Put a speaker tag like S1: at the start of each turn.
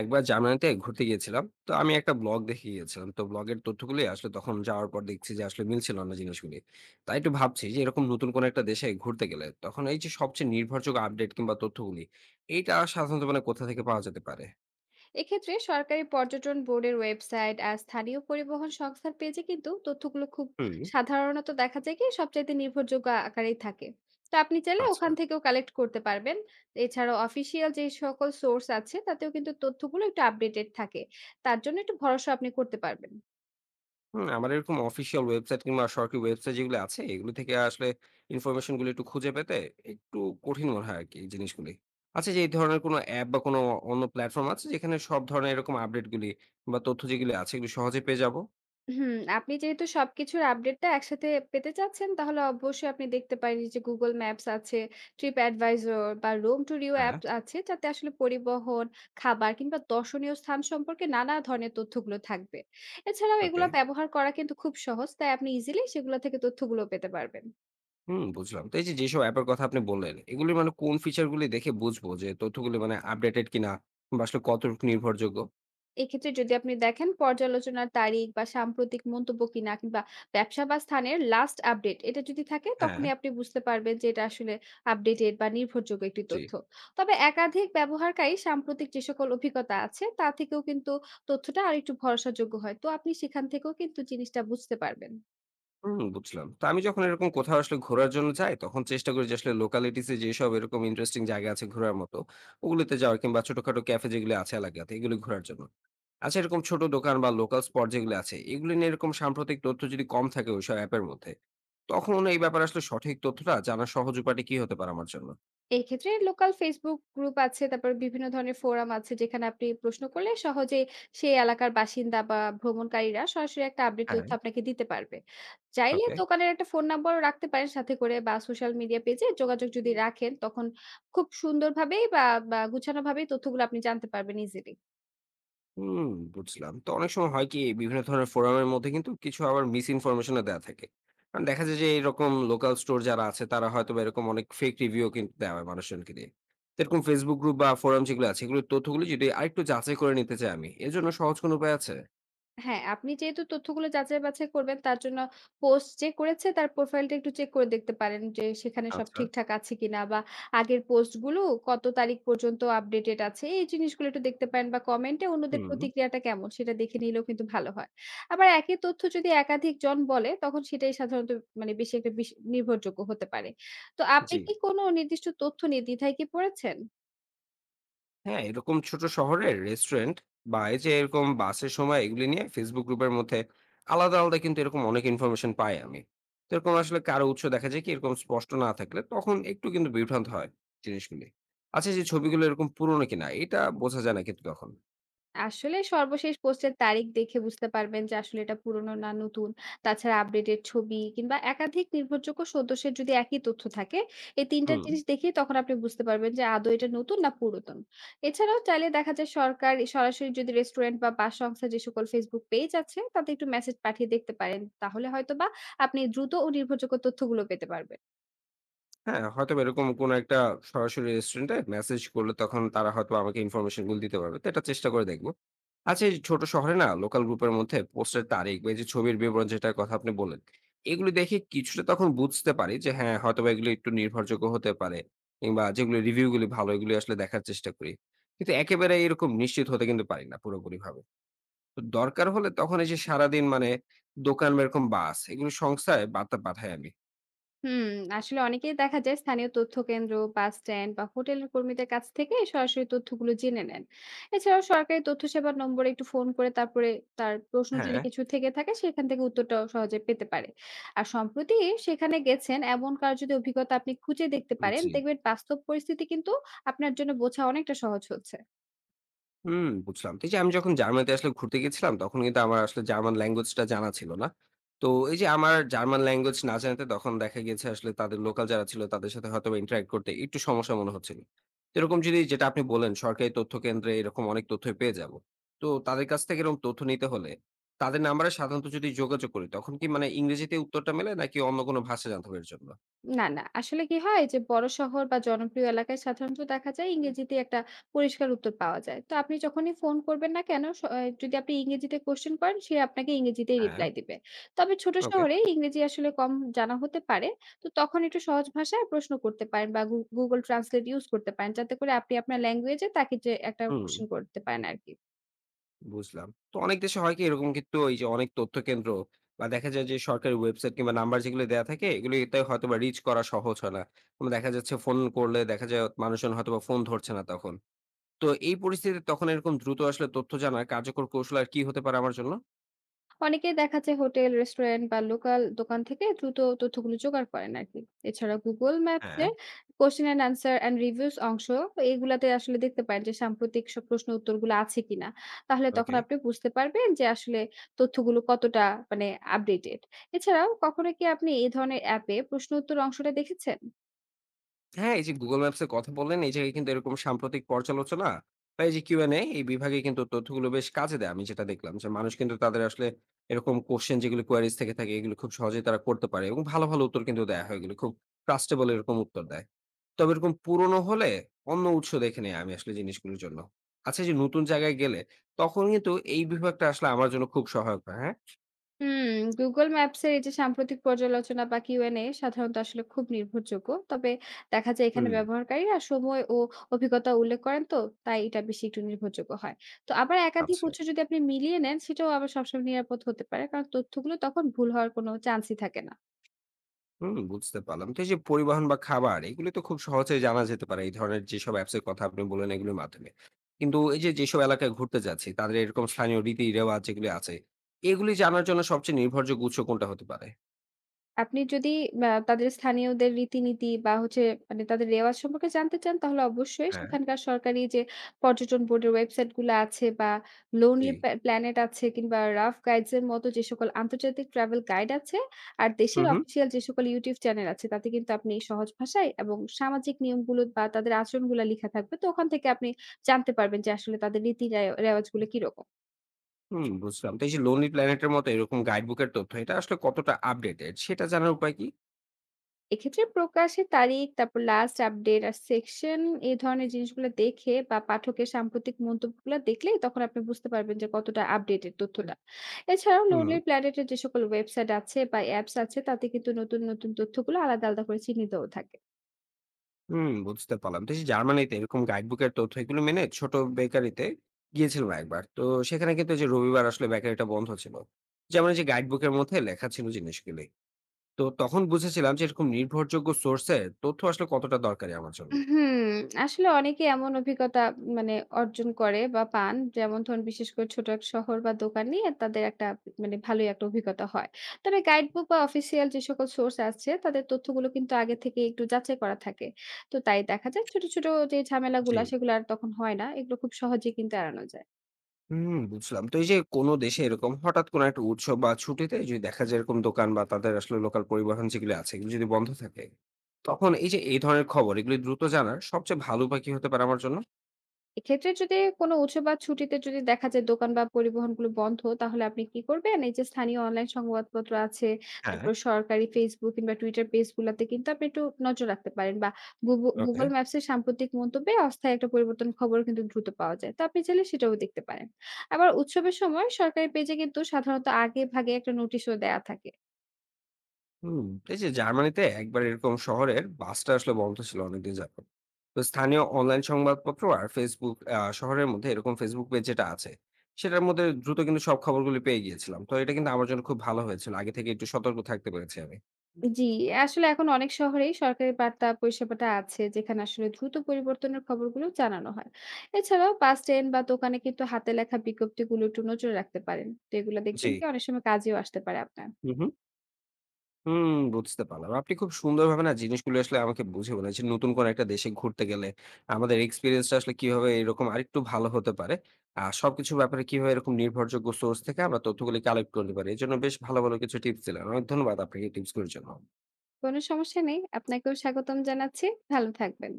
S1: একবার জার্মানিতে ঘুরতে গিয়েছিলাম। তো আমি একটা ব্লগ দেখে গিয়েছিলাম। তো ব্লগের তথ্যগুলি আসলে তখন যাওয়ার পর দেখছি যে আসলে মিলছিল না জিনিসগুলি। তাই একটু ভাবছি যে এরকম নতুন কোনো একটা দেশে ঘুরতে গেলে তখন এই যে সবচেয়ে নির্ভরযোগ্য আপডেট কিংবা তথ্যগুলি এইটা সাধারণত কোথা থেকে পাওয়া যেতে পারে?
S2: এক্ষেত্রে সরকারি পর্যটন বোর্ডের ওয়েবসাইট আর স্থানীয় পরিবহন সংস্থার পেজে কিন্তু তথ্যগুলো খুব
S1: হুম।
S2: সাধারণত দেখা যায় কি সবচাইতে নির্ভরযোগ্য আকারেই থাকে। তো আপনি চাইলে
S1: আচ্ছা।
S2: ওখান থেকেও কালেক্ট করতে পারবেন। এছাড়াও অফিসিয়াল যে সকল সোর্স আছে তাতেও কিন্তু তথ্যগুলো একটু আপডেটেড থাকে, তার জন্য একটু ভরসা আপনি করতে পারবেন।
S1: হুম, আমার এরকম অফিসিয়াল ওয়েবসাইট কিংবা সরকারি ওয়েবসাইট যেগুলো আছে এগুলো থেকে আসলে ইনফরমেশন গুলো একটু খুঁজে পেতে একটু কঠিন মনে হয় আর কি এই জিনিসগুলি। আচ্ছা, যে এই ধরনের কোনো অ্যাপ বা কোনো অন্য প্ল্যাটফর্ম আছে যেখানে সব ধরনের এরকম আপডেট গুলি বা তথ্য যেগুলি আছে এগুলো সহজে পেয়ে যাবো?
S2: আপনি যেহেতু সবকিছুর আপডেটটা একসাথে পেতে চাচ্ছেন, তাহলে অবশ্যই আপনি দেখতে পারেন যে Google Maps আছে, Trip Advisor বা Roam to Rio
S1: হ্যাঁ।
S2: অ্যাপ আছে, যাতে আসলে পরিবহন, খাবার কিংবা দর্শনীয় স্থান সম্পর্কে নানা ধরনের তথ্যগুলো থাকবে। এছাড়াও
S1: ওকে।
S2: এগুলো ব্যবহার করা কিন্তু খুব সহজ, তাই আপনি ইজিলি সেগুলো থেকে তথ্যগুলো পেতে পারবেন।
S1: হুম, বুঝলাম। তো এই যে যেসব অ্যাপের কথা আপনি বললেন এগুলি কোন ফিচার গুলি দেখে বুঝবো যে তথ্যগুলি আপডেটেড কিনা বা আসলে কতটুকু নির্ভরযোগ্য?
S2: এক্ষেত্রে যদি আপনি দেখেন পর্যালোচনার তারিখ বা সাম্প্রতিক মন্তব্য কিনা, কিংবা ব্যবসা বা স্থানের লাস্ট আপডেট এটা যদি থাকে,
S1: হ্যাঁ।
S2: তখনই আপনি বুঝতে পারবেন যে এটা আসলে আপডেটেড বা নির্ভরযোগ্য একটি
S1: জি।
S2: তথ্য। তবে একাধিক ব্যবহারকারী সাম্প্রতিক যে সকল অভিজ্ঞতা আছে তা থেকেও কিন্তু তথ্যটা আরেকটু ভরসাযোগ্য হয়, তো আপনি সেখান থেকেও কিন্তু জিনিসটা বুঝতে পারবেন।
S1: হুম, বুঝলাম। তো আমি যখন এরকম কোথাও আসলে ঘোরার জন্য যাই, তখন চেষ্টা করি যে আসলে লোকালিটিস এ যেসব এরকম ইন্টারেস্টিং জায়গা আছে ঘোরার মতো, ওগুলোতে যাওয়ার কিংবা ছোটখাটো ক্যাফে যেগুলো আছে এলাকাতে, এগুলো ঘোরার জন্য। আচ্ছা, এরকম ছোট দোকান বা লোকাল স্পট যেগুলো আছে, এগুলো নিয়ে এরকম সাম্প্রতিক তথ্য যদি কম থাকে ওইসব অ্যাপের মধ্যে, তখন এই ব্যাপারে আসলে সঠিক তথ্যটা জানার সহজ উপায়টা কি হতে পারে আমার জন্য?
S2: এক্ষেত্রে লোকাল ফেসবুক গ্রুপ আছে, তারপর বিভিন্ন ধরনের ফোরাম আছে, যেখানে আপনি প্রশ্ন করলে সহজেই সেই এলাকার বাসিন্দা বা ভ্রমণকারীরা সরাসরি একটা আপডেট
S1: হ্যাঁ।
S2: তথ্য আপনাকে দিতে পারবে। চাইলে
S1: ওকে।
S2: দোকানের একটা ফোন নাম্বারও রাখতে পারেন সাথে করে, বা সোশ্যাল মিডিয়া পেজে যোগাযোগ যদি রাখেন, তখন খুব সুন্দরভাবেই বা গুছানোভাবেই তথ্যগুলো আপনি জানতে পারবেন ইজিলি।
S1: হুম, বুঝলাম। তো অনেক সময় হয় কি বিভিন্ন ধরনের ফোরামের মধ্যে কিন্তু কিছু আবার মিস ইনফরমেশন ও দেয়া থাকে। কারণ দেখা যায় যে এরকম লোকাল স্টোর যারা আছে তারা হয়তোবা এরকম অনেক ফেক রিভিউ কিন্তু দেওয়া হয় মানুষজনকে দিয়ে। তো এরকম Facebook গ্রুপ বা ফোরাম যেগুলো আছে এগুলোর তথ্যগুলো যদি আরেকটু যাচাই করে নিতে চাই আমি, এর জন্য সহজ কোনো উপায় আছে?
S2: হ্যাঁ, আপনি যেহেতু তথ্যগুলো যাচাই-বাছাই করবেন, তার জন্য পোস্ট যে করেছে তার প্রোফাইলটা একটু চেক করে দেখতে পারেন যে সেখানে সব
S1: আচ্ছা,
S2: ঠিকঠাক আছে কিনা, বা আগের পোস্টগুলো কত তারিখ পর্যন্ত আপডেটেড আছে এই জিনিসগুলো একটু দেখতে পারেন, বা কমেন্টে অন্যদের
S1: হুম।
S2: প্রতিক্রিয়াটা কেমন সেটা দেখে নিলেও কিন্তু ভালো হয়। আবার একই তথ্য যদি একাধিক জন বলে, তখন সেটাই সাধারণত মানে বেশি একটা বিশ নির্ভরযোগ্য হতে পারে। তো আপনি
S1: জি।
S2: কি কোনো নির্দিষ্ট তথ্য নিয়ে দ্বিধায় কি পড়েছেন?
S1: হ্যাঁ, এরকম ছোট শহরের রেস্টুরেন্ট বা এই যে এরকম বাসের সময় এগুলি নিয়ে Facebook গ্রুপের মধ্যে আলাদা, আলাদা কিন্তু এরকম অনেক ইনফরমেশন পাই আমি। তো এরকম আসলে কারো উৎস দেখা যায় কি এরকম স্পষ্ট না থাকলে তখন একটু কিন্তু বিভ্রান্ত হয় জিনিসগুলি। আচ্ছা, যে ছবিগুলো এরকম পুরনো কিনা এটা বোঝা যায় না কিন্তু তখন।
S2: আসলে সর্বশেষ পোস্টের তারিখ দেখে বুঝতে পারবেন যে আসলে এটা পুরনো না নতুন। তাছাড়া আপডেটেড ছবি কিংবা একাধিক নির্ভরযোগ্য সদস্যের যদি একই তথ্য থাকে, এই ৩ টা
S1: হুম।
S2: জিনিস দেখেই তখন আপনি বুঝতে পারবেন যে আদৌ এটা নতুন না পুরাতন। এছাড়াও চাইলে দেখা যায় সরকার সরাসরি যদি রেস্টুরেন্ট বা বাস সংস্থার যে সকল Facebook পেজ আছে, তাতে একটু মেসেজ পাঠিয়ে দেখতে পারেন। তাহলে হয়তোবা আপনি দ্রুত ও নির্ভরযোগ্য তথ্যগুলো পেতে পারবেন।
S1: হ্যাঁ, হয়তোবা এরকম কোনো একটা সরাসরি রেস্টুরেন্টে মেসেজ করলে তখন তারা হয়তোবা আমাকে ইনফরমেশন গুলো দিতে পারবে। তো এটা চেষ্টা করে দেখব। আচ্ছা, এই ছোট শহরে না লোকাল গ্রুপের মধ্যে পোস্টের তারিখ বা এই যে ছবির বিবরণ যেটার কথা আপনি বললেন, এগুলো দেখে কিছুটা তখন বুঝতে পারি যে হ্যাঁ, হয়তোবা এগুলো একটু নির্ভরযোগ্য হতে পারে কিংবা যেগুলো রিভিউ গুলি ভালো এগুলি আসলে দেখার চেষ্টা করি। কিন্তু একেবারে এরকম নিশ্চিত হতে কিন্তু পারি না পুরোপুরিভাবে। তো দরকার হলে তখন এই যে সারাদিন দোকান বা এরকম বাস এগুলো সংস্থায় বার্তা পাঠাই আমি।
S2: হুম, আসলে অনেকেই দেখা যায় স্থানীয় তথ্য কেন্দ্র, বাস স্ট্যান্ড বা হোটেলের কর্মীদের কাছ থেকে সরাসরি তথ্যগুলো জেনে নেন। এছাড়াও সরকারি তথ্য সেবার নম্বরে একটু ফোন করে তারপরে তার প্রশ্ন
S1: হ্যাঁ,
S2: যদি কিছু থেকে থাকে সেখান থেকে উত্তরটাও সহজে পেতে পারে। আর সম্প্রতি সেখানে গেছেন এমন কার যদি অভিজ্ঞতা আপনি খুঁজে দেখতে পারেন,
S1: জি।
S2: দেখবেন বাস্তব পরিস্থিতি কিন্তু আপনার জন্য বোঝা অনেকটা সহজ হচ্ছে।
S1: হুম, বুঝলাম। তো এই যে আমি যখন জার্মানিতে আসলে ঘুরতে গেছিলাম, তখন কিন্তু আমার আসলে জার্মান ল্যাঙ্গুয়েজটা জানা ছিল না। তো এই যে আমার জার্মান ল্যাঙ্গুয়েজ না জানাতে তখন দেখা গিয়েছে আসলে তাদের লোকাল যারা ছিল তাদের সাথে হয়তোবা ইন্টারেক্ট করতে একটু সমস্যা মনে হচ্ছিল। তো এরকম যদি যেটা আপনি বললেন সরকারি তথ্য কেন্দ্রে এরকম অনেক তথ্যই পেয়ে যাব। তো তাদের কাছ থেকে এরকম তথ্য নিতে হলে তাদের নাম্বারে সাধারণত যদি যোগাযোগ করি তখন কি ইংরেজিতে উত্তরটা মেলে নাকি অন্য কোনো ভাষা জানতে হবে এর জন্য?
S2: না, না। আসলে কি হয় যে বড় শহর বা জনপ্রিয় এলাকায় সাধারণত দেখা যায় ইংরেজিতে একটা পরিষ্কার উত্তর পাওয়া যায়। তো আপনি যখনই ফোন করবেন না কেন, স অ্যা যদি আপনি ইংরেজিতে কোয়েশ্চেন করেন সে আপনাকে ইংরেজিতেই
S1: হ্যাঁ,
S2: রিপ্লাই দিবে। তবে ছোট
S1: ওকে।
S2: শহরে ইংরেজি আসলে কম জানা হতে পারে। তো তখন একটু সহজ ভাষায় প্রশ্ন করতে পারেন বা Google Translate ইউজ করতে পারেন। যাতে করে আপনি আপনার ল্যাঙ্গুয়েজ এ তাকে যে একটা
S1: হুম।
S2: কোয়েশ্চেন করতে পারেন আরকি।
S1: বুঝলাম। তো অনেক দেশে হয় কি এরকম কিন্তু এই যে অনেক তথ্য কেন্দ্র বা দেখা যায় যে সরকারি ওয়েবসাইট কিংবা নাম্বার যেগুলো দেয়া থাকে এগুলিতে হয়তোবা রিচ করা সহজ হয় না। কিংবা দেখা যাচ্ছে ফোন করলে দেখা যায় মানুষজন হয়তোবা ফোন ধরছে না তখন। তো এই পরিস্থিতিতে তখন এরকম দ্রুত আসলে তথ্য জানার কার্যকর কৌশল আর কি হতে পারে আমার জন্য?
S2: অনেকেই দেখা যায় হোটেল, রেস্টুরেন্ট বা লোকাল দোকান থেকে দ্রুত তথ্যগুলো জোগাড় করেন আরকি। এছাড়া Google Maps
S1: হ্যাঁ।
S2: এর question and answer and reviews অংশ, এগুলাতে আসলে দেখতে পারেন যে সাম্প্রতিক সব প্রশ্ন উত্তরগুলো আছে কিনা। তাহলে তখন
S1: ওকে।
S2: আপনি বুঝতে পারবেন যে আসলে তথ্যগুলো কতটা মানে আপডেটেড। এছাড়াও কখনো কি আপনি এই ধরনের অ্যাপে প্রশ্ন উত্তর অংশটা দেখেছেন?
S1: হ্যাঁ, এই যে Google Maps এর কথা বললেন, এই জায়গায় কিন্তু এরকম সাম্প্রতিক পর্যালোচনা বা এই যে Q&A এই বিভাগে কিন্তু তথ্যগুলো বেশ কাজে দেয়। আমি যেটা দেখলাম যে মানুষ কিন্তু তাদের আসলে এরকম কোয়েশ্চেন যেগুলো কোয়েরিজ থেকে থাকে এগুলো খুব সহজেই তারা করতে পারে এবং ভালো, ভালো উত্তর কিন্তু দেয়া হয় এগুলো। খুব ট্রাস্টেবল এরকম উত্তর দেয়। তবে এরকম পুরনো হলে অন্য উৎস দেখে নেই আমি আসলে জিনিসগুলোর জন্য। আচ্ছা, এই যে নতুন জায়গায় গেলে তখন কিন্তু এই বিভাগটা আসলে আমার জন্য খুব সহায়ক হয়, হ্যাঁ?
S2: হুম, Google Maps এর এই যে সাম্প্রতিক পর্যালোচনা বা কিউএনএ সাধারণত আসলে খুব নির্ভরযোগ্য। তবে দেখা যায় এখানে
S1: হুম,
S2: ব্যবহারকারীরা সময় ও অভিজ্ঞতা উল্লেখ করেন, তো তাই এটা বেশি একটু নির্ভরযোগ্য হয়। তো আবার একাধিক
S1: আচ্ছা।
S2: উৎস যদি আপনি মিলিয়ে নেন, সেটাও আবার সবসময় নিরাপদ হতে পারে। কারণ তথ্যগুলো তখন ভুল হওয়ার কোনো চান্সই থাকে না।
S1: হুম, বুঝতে পারলাম। তো এই যে পরিবহন বা খাবার এগুলো তো খুব সহজেই জানা যেতে পারে এই ধরনের যেসব অ্যাপস এর কথা আপনি বললেন এগুলোর মাধ্যমে। কিন্তু এই যে যেসব এলাকায় ঘুরতে যাচ্ছি তাদের এরকম স্থানীয় রীতি-রেওয়াজ যেগুলি আছে, এগুলি জানার জন্য সবচেয়ে নির্ভরযোগ্য উৎস কোনটা হতে পারে?
S2: আপনি যদি তাদের স্থানীয়দের রীতিনীতি বা হচ্ছে মানে তাদের রেওয়াজ সম্পর্কে জানতে চান, তাহলে অবশ্যই
S1: হ্যাঁ।
S2: সেখানকার সরকারি যে পর্যটন বোর্ডের ওয়েবসাইট গুলো আছে, বা
S1: জি।
S2: লোনলি প্যা প্ল্যানেট আছে কিংবা রাফ গাইডস এর মতো যে সকল আন্তর্জাতিক ট্রাভেল গাইড আছে, আর
S1: হুম,
S2: দেশের
S1: হুম।
S2: অফিসিয়াল যে সকল YouTube চ্যানেল আছে, তাতে কিন্তু আপনি সহজ ভাষায় এবং সামাজিক নিয়মগুলো বা তাদের আচরণগুলা লিখা থাকবে। তো ওখান থেকে আপনি জানতে পারবেন যে আসলে তাদের রীতি রে রেওয়াজগুলো কিরকম।
S1: হুম, বুঝলাম। তো এই যে Lonely Planet এর মতো এরকম গাইড বুক এর তথ্য এটা আসলে কতটা আপডেটেড সেটা জানার উপায় কি?
S2: এক্ষেত্রে প্রকাশের তারিখ, তারপর লাস্ট আপডেট আর সেকশন, এই ধরনের জিনিসগুলো দেখে বা পাঠকের সাম্প্রতিক মন্তব্যগুলো দেখলে তখন আপনি বুঝতে পারবেন যে কতটা আপডেটেড তথ্যটা। এছাড়াও
S1: হুম।
S2: লোনলি প্ল্যানেটের যে সকল ওয়েবসাইট আছে বা অ্যাপস আছে তাতে কিন্তু নতুন, নতুন তথ্যগুলো আলাদা, আলাদা করে চিহ্নিতও থাকে।
S1: হুম, বুঝতে পারলাম। তো এই যে জার্মানিতে এরকম গাইডবুকের তথ্য এগুলো মেনে ছোট বেকারিতে গিয়েছিলাম একবার। তো সেখানে কিন্তু এই যে রবিবার আসলে বেকারিটা বন্ধ ছিল। যেমন এই যে গাইডবুকের মধ্যে লেখা ছিল জিনিসগুলি। তো তখন বুঝেছিলাম যে এরকম নির্ভরযোগ্য সোর্সের তথ্য আসলে কতটা দরকারি আমার জন্য।
S2: হুম, আসলে অনেকে এমন অভিজ্ঞতা মানে অর্জন করে বা পান। যেমন ধরুন, বিশেষ করে ছোট এক শহর বা দোকান নিয়ে তাদের একটা ভালোই একটা অভিজ্ঞতা হয়। তবে গাইড বুক বা অফিসিয়াল যে সকল সোর্স আছে তাদের তথ্যগুলো কিন্তু আগে থেকে একটু যাচাই করা থাকে। তো তাই দেখা যায় ছোট, ছোট যে
S1: জি।
S2: ঝামেলাগুলা, সেগুলো আর তখন হয় না। এগুলো খুব সহজেই কিন্তু এড়ানো যায়।
S1: হুম, বুঝলাম। তো এই যে কোন দেশে এরকম হঠাৎ কোনো একটা উৎসব বা ছুটিতে যদি দেখা যায় এরকম দোকান বা তাদের আসলে লোকাল পরিবহন যেগুলো আছে এগুলো যদি বন্ধ থাকে, তখন এই যে এই ধরনের খবর এগুলি দ্রুত জানার সবচেয়ে ভালো উপায় কি হতে পারে আমার জন্য?
S2: এক্ষেত্রে যদি কোনো উৎসব বা ছুটিতে যদি দেখা যায় দোকান বা পরিবহনগুলো বন্ধ, তাহলে আপনি কি করবেন? এই যে স্থানীয় অনলাইন সংবাদপত্র আছে,
S1: হ্যাঁ।
S2: তারপর সরকারি Facebook কিংবা Twitter পেজগুলাতে কিন্তু আপনি একটু নজর রাখতে পারেন, বা
S1: ওকে।
S2: Google Maps এর সাম্প্রতিক মন্তব্যে অস্থায়ী একটা পরিবর্তন খবর কিন্তু দ্রুত পাওয়া যায়। তো আপনি চাইলে সেটাও দেখতে পারেন। আবার উৎসবের সময় সরকারি পেজে কিন্তু সাধারণত আগে ভাগে একটা নোটিশও দেয়া থাকে।
S1: হুম। এই যে জার্মানিতে একবার এরকম শহরের বাসটা আসলে বন্ধ ছিল অনেকদিন যাবত। তো স্থানীয় অনলাইন সংবাদপত্র আর ফেসবুক শহরের মধ্যে এরকম ফেসবুক পেজ যেটা আছে সেটার মধ্যে দ্রুত কিন্তু সব খবরগুলো পেয়ে গিয়েছিলাম। তো এটা কিন্তু আমার জন্য খুব ভালো হয়েছিল, আগে থেকে একটু সতর্ক থাকতে পেরেছি আমি।
S2: জি, আসলে এখন অনেক শহরেই সরকারি বার্তা পরিষেবাটা আছে, যেখানে আসলে দ্রুত পরিবর্তনের খবরগুলো জানানো হয়। এছাড়াও বাস স্ট্যান্ড বা দোকানে কিন্তু হাতে লেখা বিজ্ঞপ্তিগুলো একটু নজরে রাখতে পারেন। তো এগুলো
S1: জি।
S2: দেখবেন কি অনেক সময় কাজেও আসতে পারে আপনার।
S1: হুম, হুম। হুম, বুঝতে পারলাম। আপনি খুব সুন্দরভাবে না জিনিসগুলো আসলে আমাকে বুঝিয়ে বললেন যে নতুন কোনো একটা দেশে ঘুরতে গেলে আমাদের এক্সপেরিয়েন্সটা আসলে কিভাবে এরকম আরেকটু ভালো হতে পারে। আর সবকিছুর ব্যাপারে কিভাবে এরকম নির্ভরযোগ্য সোর্স থেকে আমরা তথ্যগুলি কালেক্ট করতে পারি। এজন্য বেশ ভালো, ভালো কিছু টিপস দিলেন। অনেক ধন্যবাদ আপনাকে এই টিপসগুলোর জন্য।
S2: কোনো সমস্যা নেই। আপনাকেও স্বাগতম জানাচ্ছি। ভালো থাকবেন।